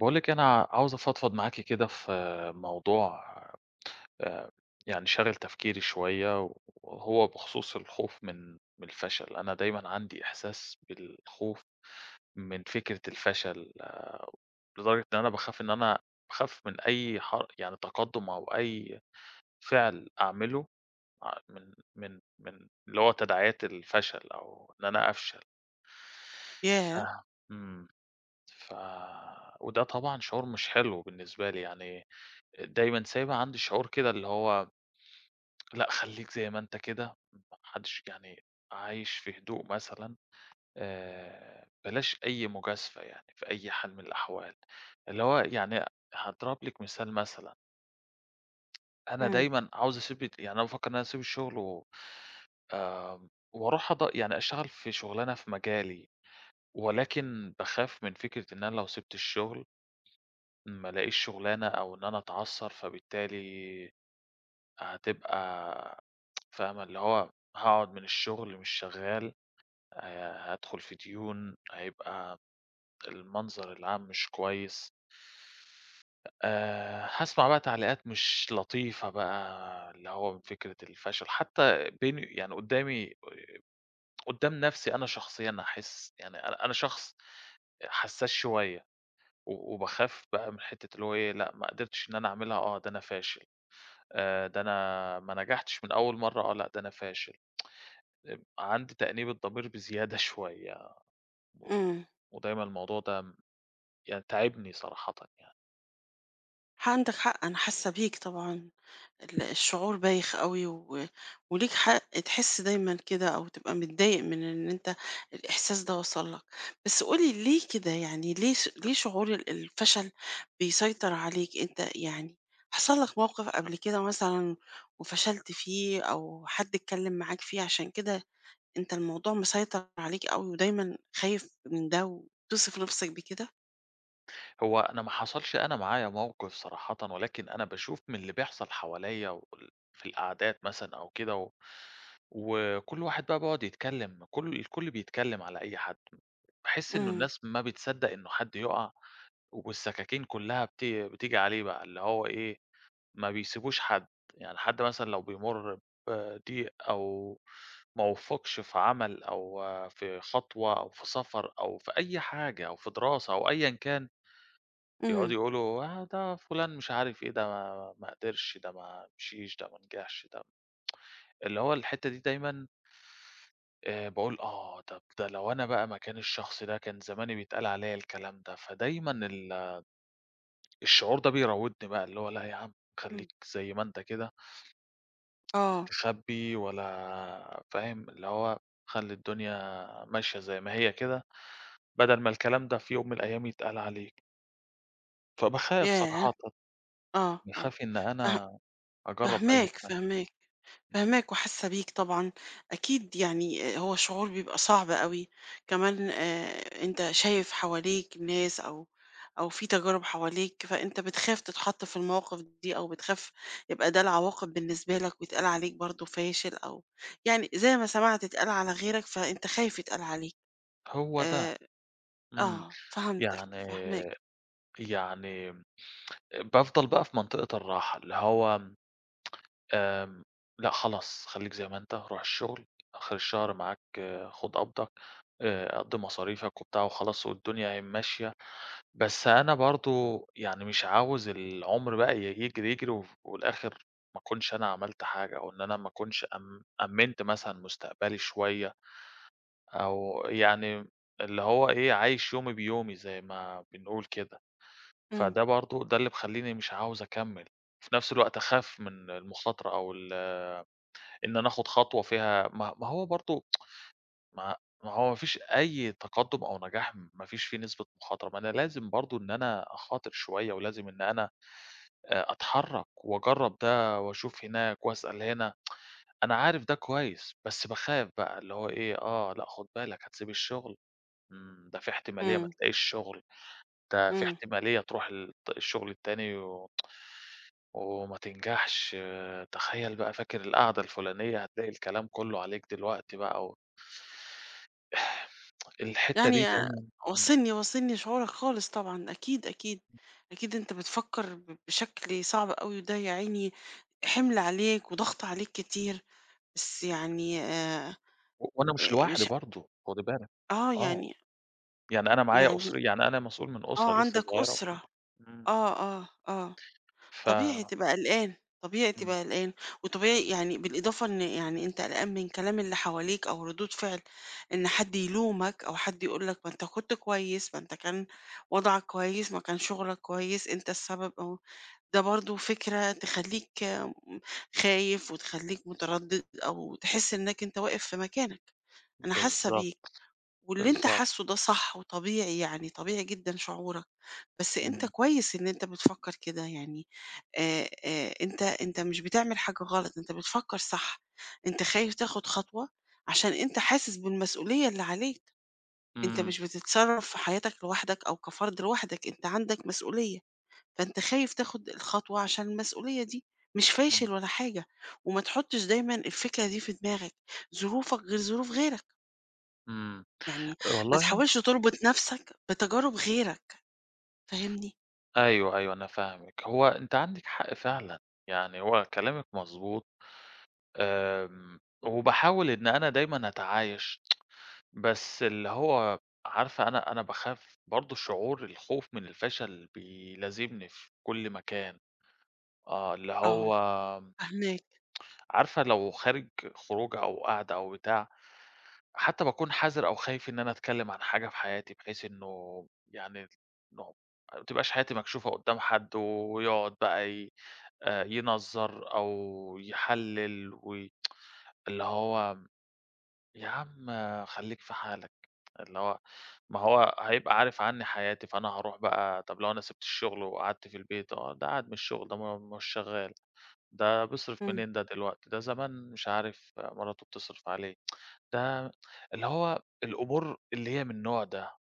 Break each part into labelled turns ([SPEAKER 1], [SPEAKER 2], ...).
[SPEAKER 1] باقول لِك أنا عاوز أفضفض معاكِ كده في موضوع آآ يعني شاغل تفكيري شوية، وهو بخصوص الخوف من الفشل، أنا دايمًا عندي إحساس بالخوف من فكرة الفشل، لدرجة إن أنا باخاف من أي يعني تقدُّم أو أي فعل أعمله ع من من من اللي هو تداعيات الفشل أو إن أنا أفشل. ف
[SPEAKER 2] ياه!
[SPEAKER 1] إمم، ف وده طبعًا شعور مش حلو بالنسبة لي يعني دايمًا سايبة عندي شعور كده اللي هو لأ خلّيك زي ما أنت كده، ما حدش يعني عايش في هدوء مثلًا، بلاش أي مجازفة يعني في أي حال من الأحوال، اللي هو يعني هاضرب لِك مثال مثلًا، أنا
[SPEAKER 2] إمم،
[SPEAKER 1] دايمًا عاوز أسيب يعني أنا بافكّر إن أنا أسيب الشغل و آمم وأروح يعني أشتغل في شغلانة في مجالي، ولكن باخاف من فكرة إن أنا لو سِبت الشغل ما الاقيش شغلانة أو إن أنا أتعثّر، فبالتالي هتبقى فاهمة، اللي هو هاقعد من الشغل مش شغّال، هادخل في ديون، هيبقى المنظر العام مش كويس، هاسمع بقى تعليقات مش لطيفة بقى اللي هو من فكرة الفشل، حتى بيني يعني قدّام نَفْسي أنا شخصيًا هاحس يعني أنا شخص حسّاس شوية وباخاف بقى من حتّة اللي هو إيه، لأ ما قدرتش إن أنا أعملها، آه ده أنا فاشل، ده أنا ما نجحتش من أول مرّة، آه لأ ده أنا فاشل، عندي تأنيب الضمير بزيادة شوية. و
[SPEAKER 2] إمم.
[SPEAKER 1] ودايمًا الموضوع ده يعني تاعبني صراحةً يعني.
[SPEAKER 2] ح عندك حق، أنا حاسة بيك طبعًا، الشعور بايخ أوي، و وليك حق تحس دايمًا كده أو تبقى متضايق من إن أنت الإحساس ده وصل لك. بس قُل لي ليه كده، يعني ليه شعور الفشل بيسيطر عليك؟ أنت يعني حصل لك موقف قبل كده مثلًا وفشلت فيه، أو حد اتكلم معاك فيه؟ عشان كده أنت الموضوع مسيطر عليك أوي ودايمًا خايف من ده وتصف نفسك بكده؟
[SPEAKER 1] هو أنا ما حصلش أنا معايا موقف صراحةً، ولكن أنا باشوف من اللي بيحصل حواليّا في القعدات مثلًا أو كده وكل واحد بقى بيقعد يتكلّم، كل الكل بيتكلّم على أي حد. باحس إنه
[SPEAKER 2] إمم،
[SPEAKER 1] الناس ما بتصدّق إنه حد يُقع والسكاكين كُلّها بتيجي عليه بقى، اللي هو إيه ما بيسيبوش حد، يعني حد مثلًا لو بيمُر بضيق أو ما وفّقش في عمل أو آه، في خطوة أو في سفر أو في أي حاجة أو في دراسة أو أيًا كان،
[SPEAKER 2] إمم.
[SPEAKER 1] يقعدوا يقولوا آه ده فلان مش عارف إيه، ده ما قدرش، ده ما مشيش، ده ما نجحش، ده اللي هو الحتّة دي دايمًا باقول آه طَب ده لو أنا بقى مكان الشخص ده كان زماني بيتقال عليّا الكلام ده، فدايمًا الشعور ده بيراودني بقى اللي هو لأ يا عم خلّيك زي ما أنت كده.
[SPEAKER 2] آه،
[SPEAKER 1] مستخبّي ولا فاهم، اللي هو خلّي الدنيا ماشية زي ما هي كده، بدل ما الكلام ده في يوم من الأيام يتقال عليك، فباخاف
[SPEAKER 2] ياه!
[SPEAKER 1] صراحةً،
[SPEAKER 2] آه، آه،
[SPEAKER 1] باخاف إن
[SPEAKER 2] فاه
[SPEAKER 1] أنا أجرّب أي
[SPEAKER 2] فاهماك،
[SPEAKER 1] حاجة، إمم،
[SPEAKER 2] فاهماك وحاسة بيك طبعًا. أكيد يعني هو شعور بيبقى صعب أوي. كمان أنت شايف حواليك ناس، أو أو في تجارب حواليك، فأنت بتخاف تتحط في المواقف دي، أو بتخاف يبقى ده العواقب بالنسبة لك ويتقال عليك برضه فاشل، أو يعني زي ما سمعت اتقال على غيرك، فأنت خايف يتقال عليك.
[SPEAKER 1] هو ده،
[SPEAKER 2] آآ،
[SPEAKER 1] إمم،
[SPEAKER 2] آه، فهمتك،
[SPEAKER 1] يعني
[SPEAKER 2] فاهماك.
[SPEAKER 1] يعني بافضل بقى في منطقة الراحة، اللي هو آمم، لأ خلاص خلّيك زي ما أنت، روح الشغل، آخر الشهر معاك آه، خُد قبضك، قضّي مصاريفك وبتاع وخلاص والدنيا أهي ماشية. بس أنا برضه يعني مش عاوز العُمر بقى ي يجري، يجري والآخر ما أكونش أنا عملت حاجة أو إن أنا ما أكونش أمِّنت مثلًا مستقبلي شوية أو يعني اللي هو إيه، عايش يومي بيومي زي ما بنقول كده.
[SPEAKER 2] إمم،
[SPEAKER 1] فده برضه ده اللي مخلّيني مش عاوز أكمّل، وفي نفس الوقت أخاف من المخاطرة أو إن أنا آخُد خطوة فيها ما هو برضه ما ما هو ما فيش أي تقدُّم أو نجاح ما فيش فيه نسبة مخاطرة، ما أنا لازم برضه إن أنا أخاطر شوية ولازم إن أنا أتحرّك وأجرّب ده وأشوف هناك وأسأل هنا، أنا عارف ده كويس، بس باخاف بقى اللي هو إيه، آه، لأ خُد بالك هتسيب الشغل، إمم، ده في احتمالية ما
[SPEAKER 2] إمم،
[SPEAKER 1] تلاقيش شغل، ده في
[SPEAKER 2] إمم.
[SPEAKER 1] احتمالية تروح الشغل التاني وما تنجحش، آه، تخيّل بقى فاكر القعدة الفلانية هتلاقي الكلام كُلّه عليك دلوقتي بقى الحتّة
[SPEAKER 2] يعني
[SPEAKER 1] دي دايمًا إمم،
[SPEAKER 2] واصلني شعورك خالص طبعًا، أكيد، أكيد، أكيد. أنت بتفكر بشكل صعب أوي، وده يا عيني حِمل عليك وضغط عليك كتير. بس يعني
[SPEAKER 1] وأنا مش لوحدي
[SPEAKER 2] مش
[SPEAKER 1] برضه، خُدي بالِك،
[SPEAKER 2] آه،
[SPEAKER 1] آه،
[SPEAKER 2] يعني
[SPEAKER 1] يعني أنا معايا
[SPEAKER 2] يعني
[SPEAKER 1] أُسري يعني أنا مسؤول من أسرة
[SPEAKER 2] آه،
[SPEAKER 1] لسه
[SPEAKER 2] عندك
[SPEAKER 1] صغيّرة
[SPEAKER 2] أسرة،
[SPEAKER 1] وكُلّه، إمم،
[SPEAKER 2] آه، آه، آه.
[SPEAKER 1] ف
[SPEAKER 2] طبيعي تبقى قلقان، طبيعي
[SPEAKER 1] إمم.
[SPEAKER 2] تبقى قلقان. وطبيعي يعني، بالإضافة، إن يعني أنت قلقان من كلام اللي حواليك أو ردود فعل، إن حد يلومك أو حد يقول لك ما أنت كنت كويس، ما أنت كان وضعك كويس، ما كان شغلك كويس، أنت السبب أهو. ده برضه فكرة تخلّيك م خايف وتخلّيك متردد، أو تحس إنك أنت واقف في مكانك. أنا حاسة بيك.
[SPEAKER 1] بالضبط،
[SPEAKER 2] واللي أنت
[SPEAKER 1] بالضبط.
[SPEAKER 2] حاسّه ده صح وطبيعي يعني، طبيعي جدًا شعورك. بس أنت
[SPEAKER 1] إمم.
[SPEAKER 2] كويس إن أنت بتفكّر كده يعني. أنت مش بتعمل حاجة غلط، أنت بتفكّر صح. أنت خايف تاخد خطوة عشان أنت حاسس بالمسؤولية اللي عليك. أنت
[SPEAKER 1] إمم.
[SPEAKER 2] مش بتتصرّف في حياتك لوحدك أو كفرد لوحدك، أنت عندك مسؤولية، فأنت خايف تاخد الخطوة عشان المسؤولية دي، مش
[SPEAKER 1] إمم.
[SPEAKER 2] فاشل ولا حاجة. وما تحُطّش دايمًا الفكرة دي في دماغك، ظروفك غير ظروف غيرك.
[SPEAKER 1] إمم.
[SPEAKER 2] يعني ما
[SPEAKER 1] والله
[SPEAKER 2] تحاولش تربط نفسك بتجارب غيرك، فاهمني؟
[SPEAKER 1] أيوه، أيوه أنا فاهمِك. هو أنتِ عندِك حق فعلًا، يعني هو كلامِك مضبوط، وباحاول إن أنا دايمًا أتعايش، بس اللي هو عارفة أنا باخاف برضه شعور الخوف من الفشل بيلازمني في كل مكان، آه، اللي
[SPEAKER 2] آه،
[SPEAKER 1] هو
[SPEAKER 2] فاهماك،
[SPEAKER 1] عارفة لو خروجة أو قعدة أو بتاع، حتى باكون حذر أو خايف إن أنا أتكلّم عن حاجة في حياتي، بحيث إنه يعني إنه ما تبقاش حياتي مكشوفة قدّام حد، ويقعد بقى ي ينظّر أو يحلّل اللي هو يا عم خلّيك في حالك، اللي هو ما هو هيبقى عارف عني حياتي، فأنا هاروح بقى طَب لو أنا سِبت الشغل وقعدت في البيت، آه ده قاعد من الشغل ده ما مش شغّال. ده بيصرف
[SPEAKER 2] إمم،
[SPEAKER 1] منين ده دلوقتي، ده زمان مش عارف مراته بتصرف عليه، ده اللي هو الأمور اللي هي من النوع ده،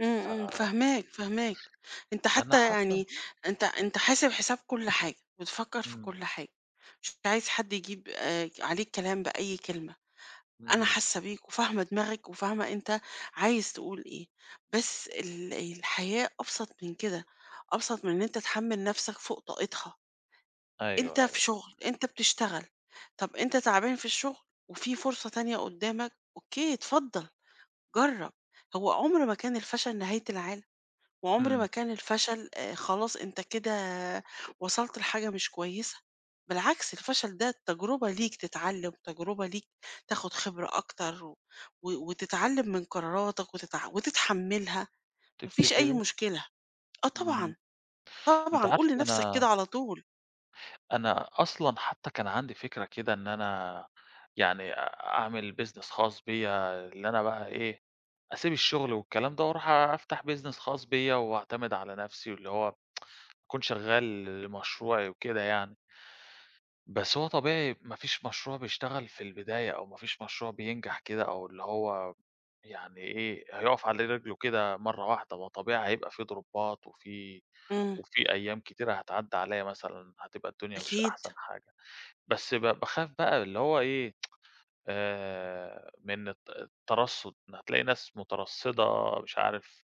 [SPEAKER 2] إمم، فاهماك، فاهماك. أنت
[SPEAKER 1] فأنا
[SPEAKER 2] حتى
[SPEAKER 1] حتى
[SPEAKER 2] يعني، أنت حاسب حساب كل حاجة، بتفكر في
[SPEAKER 1] إمم،
[SPEAKER 2] كل حاجة، مش عايز حد يجيب عليك كلام بأي كلمة. أنا
[SPEAKER 1] إمم،
[SPEAKER 2] حاسة بيك وفاهمة دماغك وفاهمة أنت عايز تقول إيه. بس الحياة أبسط من كده، أبسط من إن أنت تحمل نفسك فوق طاقتها. أنت
[SPEAKER 1] أيوه،
[SPEAKER 2] في
[SPEAKER 1] أيوه،
[SPEAKER 2] شغل، أنت بتشتغل، طب أنت تعبان في الشغل وفي فرصة تانية قدامك، أوكي اتفضل جرّب. هو عمر ما كان الفشل نهاية العالم، وعمر ما
[SPEAKER 1] إمم،
[SPEAKER 2] كان الفشل خلاص أنت كده وصلت لحاجة مش كويسة. بالعكس، الفشل ده تجربة ليك تتعلم، تجربة ليك تاخد خبرة أكتر، وتتعلم من قراراتك وتتحملها، ما فيش أي
[SPEAKER 1] تفتكري؟
[SPEAKER 2] مشكلة. آه
[SPEAKER 1] إمم،
[SPEAKER 2] طبعًا،
[SPEAKER 1] أنتِ
[SPEAKER 2] طبعًا،
[SPEAKER 1] عارفة
[SPEAKER 2] قُل لنفسك
[SPEAKER 1] أنا
[SPEAKER 2] كده على طول.
[SPEAKER 1] أنا أصلًا حتى كان عندي فكرة كده إن أنا يعني أعمل business خاص بيّا، اللي أنا بقى إيه، أسيب الشغل والكلام ده وأروح أفتح business خاص بيّا وأعتمد على نفسي، واللي هو أكون شغال لمشروعي وكده يعني. بس هو طبيعي ما فيش مشروع بيشتغل في البداية أو ما فيش مشروع بينجح كده أو اللي هو يعني إيه، هيقف على رجله كده مرّة واحدة، ما طبيعي هيبقى في ضربات وفي
[SPEAKER 2] إمم،
[SPEAKER 1] وفي أيام كتيرة هتعدّي عليّا مثلًا هتبقى الدنيا مش
[SPEAKER 2] أكيد.
[SPEAKER 1] أحسن حاجة. بس باخاف بقى اللي هو إيه، من الترصُّد، إن هتلاقي ناس مترصِّدة مش عارف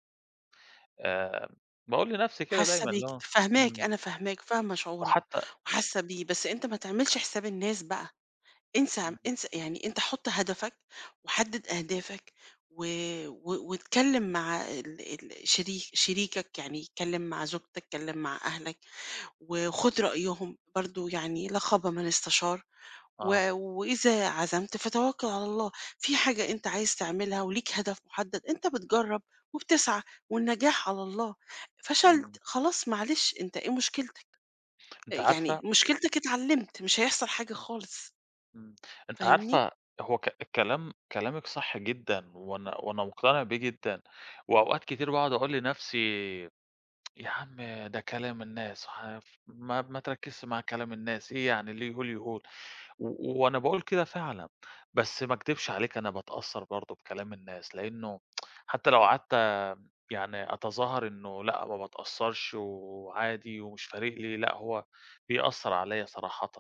[SPEAKER 1] آآ باقول لنَفْسي كده
[SPEAKER 2] حاسة
[SPEAKER 1] دايمًا
[SPEAKER 2] بيك،
[SPEAKER 1] اللي هو
[SPEAKER 2] فاهماك،
[SPEAKER 1] إمم،
[SPEAKER 2] أنا فاهماك، فاهمة شعورك
[SPEAKER 1] وحتّى
[SPEAKER 2] وحاسة بيه. بس أنت ما تعملش حساب الناس بقى،
[SPEAKER 1] إمم،
[SPEAKER 2] انسى. يعني أنت حُط هدفك وحدِّد أهدافك و و واتكلم مع ال ال شريك شريكك، يعني اتكلم مع زوجتك، اتكلم مع أهلك وخُد رأيهم برضه، يعني لا خاب من استشار.
[SPEAKER 1] آه،
[SPEAKER 2] وإذا عزمت فتوكل على الله. في حاجة أنت عايز تعملها وليك هدف محدد، أنت بتجرب وبتسعى، والنجاح على الله. فشلت
[SPEAKER 1] إمم.
[SPEAKER 2] خلاص معلش، أنت إيه مشكلتك؟
[SPEAKER 1] أنتِ
[SPEAKER 2] يعني
[SPEAKER 1] عارفة
[SPEAKER 2] مشكلتك اتعلمت، مش هيحصل حاجة خالص،
[SPEAKER 1] إمم. أنتِ
[SPEAKER 2] فاهمني؟
[SPEAKER 1] عارفة هو ك الكلام كلامِك صح جدًا، وأنا مقتنع بيه جدًا، وأوقات كتير باقعد أقول لنفسي يا عم ده كلام الناس ما تركّزش مع كلام الناس، إيه يعني اللي يقول، يقول. وأنا باقول كده فعلًا، بس ما اكدبش عليكِ أنا باتأثّر برضه بكلام الناس، لإنه حتى لو قعدت يعني أتظاهر إنه لأ ما باتأثّرش وعادي ومش فارق لي، لأ هو بيأثّر عليَّ صراحةً.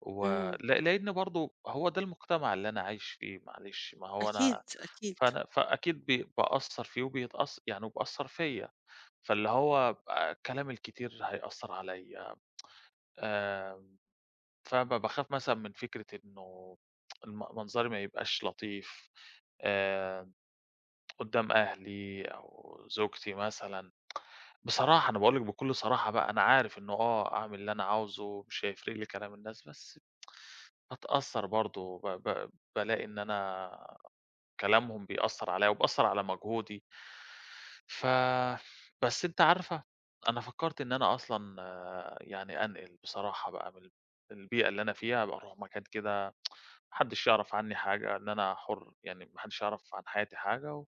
[SPEAKER 1] و
[SPEAKER 2] إمم،
[SPEAKER 1] ل لإن برضه هو ده المجتمع اللي أنا عايش فيه معلش، ما هو
[SPEAKER 2] أكيد،
[SPEAKER 1] أنا
[SPEAKER 2] أكيد.
[SPEAKER 1] فأكيد بأثّر فيه يعني وبأثّر فيّا، فاللي هو بقى الكلام الكتير هيأثّر عليّا، آآ، باخاف مثلًا من فكرة إنه منظري ما يبقاش لطيف آآ، قدّام أهلي أو زوجتي مثلًا، بصراحة أنا باقول لِك بكل صراحة بقى، أنا عارف إنه آه، أعمل اللي أنا عاوزه، مش هيفرق لي كلام الناس، بس باتأثّر برضه ب ب بالاقي إن أنا كلامهم بيأثّر عليّا وبيأثّر على مجهودي. ف بس أنتِ عارفة، أنا فكّرت إن أنا أصلًا آه، يعني أنقل بصراحة بقى من البيئة اللي أنا فيها، أبقى أروح مكان كده ما حدّش يعرف عنّي حاجة، إن أنا حُر، يعني ما حدّش يعرف عن حياتي حاجة و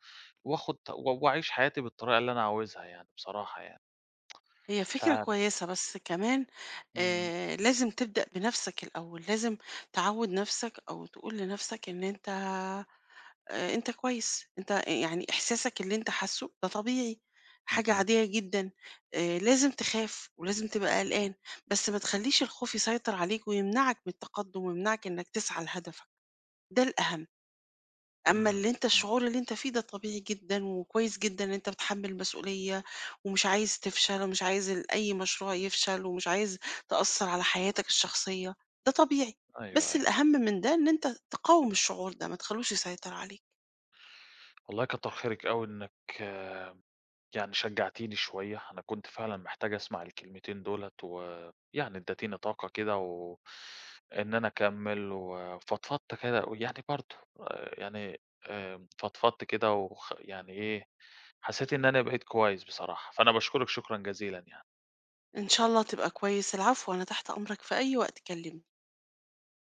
[SPEAKER 1] وآخُد و وأعيش حياتي بالطريقة اللي أنا عاوزها يعني بصراحة يعني،
[SPEAKER 2] هي
[SPEAKER 1] مش
[SPEAKER 2] فكرة
[SPEAKER 1] عارف.
[SPEAKER 2] كويسة، بس كمان
[SPEAKER 1] إمم.
[SPEAKER 2] لازم تبدأ بنفسك الأول. لازم تعوّد نفسك أو تقول لنفسك إن أنت أنت كويس، أنت أ يعني إحساسك اللي أنت حاسّه ده طبيعي، حاجة
[SPEAKER 1] اهم.
[SPEAKER 2] عادية جدًا. لازم تخاف ولازم تبقى قلقان، بس ما تخلّيش الخوف يسيطر عليك ويمنعك من التقدُّم ويمنعك إنّك تسعى لهدفك، ده الأهم. أمّا
[SPEAKER 1] إمم،
[SPEAKER 2] اللي أنت
[SPEAKER 1] إمم.
[SPEAKER 2] الشعور اللي أنت فيه ده طبيعي جدًا وكويس جدًا إن أنت بتحمّل المسؤولية، ومش عايز تفشل، ومش عايز أي مشروع يفشل، ومش عايز تأثّر على حياتك الشخصية، ده طبيعي.
[SPEAKER 1] أيوه،
[SPEAKER 2] بس
[SPEAKER 1] أيوه.
[SPEAKER 2] الأهم من ده إن أنت تقاوم الشعور ده، ما تخلّوش يسيطر عليك.
[SPEAKER 1] والله كتّر خيرِك أوي إنِّك آه، يعني شجّعتيني شوية، أنا كنت فعلًا محتاج أسمع الكلمتين دُولة، ويعني ادّيتيني طاقة كده و إن أنا أكمّل، وفضفضت كده ويعني برضه يعني فضفضت كده يعني إيه، حسّيت إن أنا بقيت كويس بصراحة، فأنا باشكرِك شكرًا جزيلًا يعني.
[SPEAKER 2] إن شاء الله تبقى كويس. العفو، أنا تحت أمرك في أي وقت، كلمني.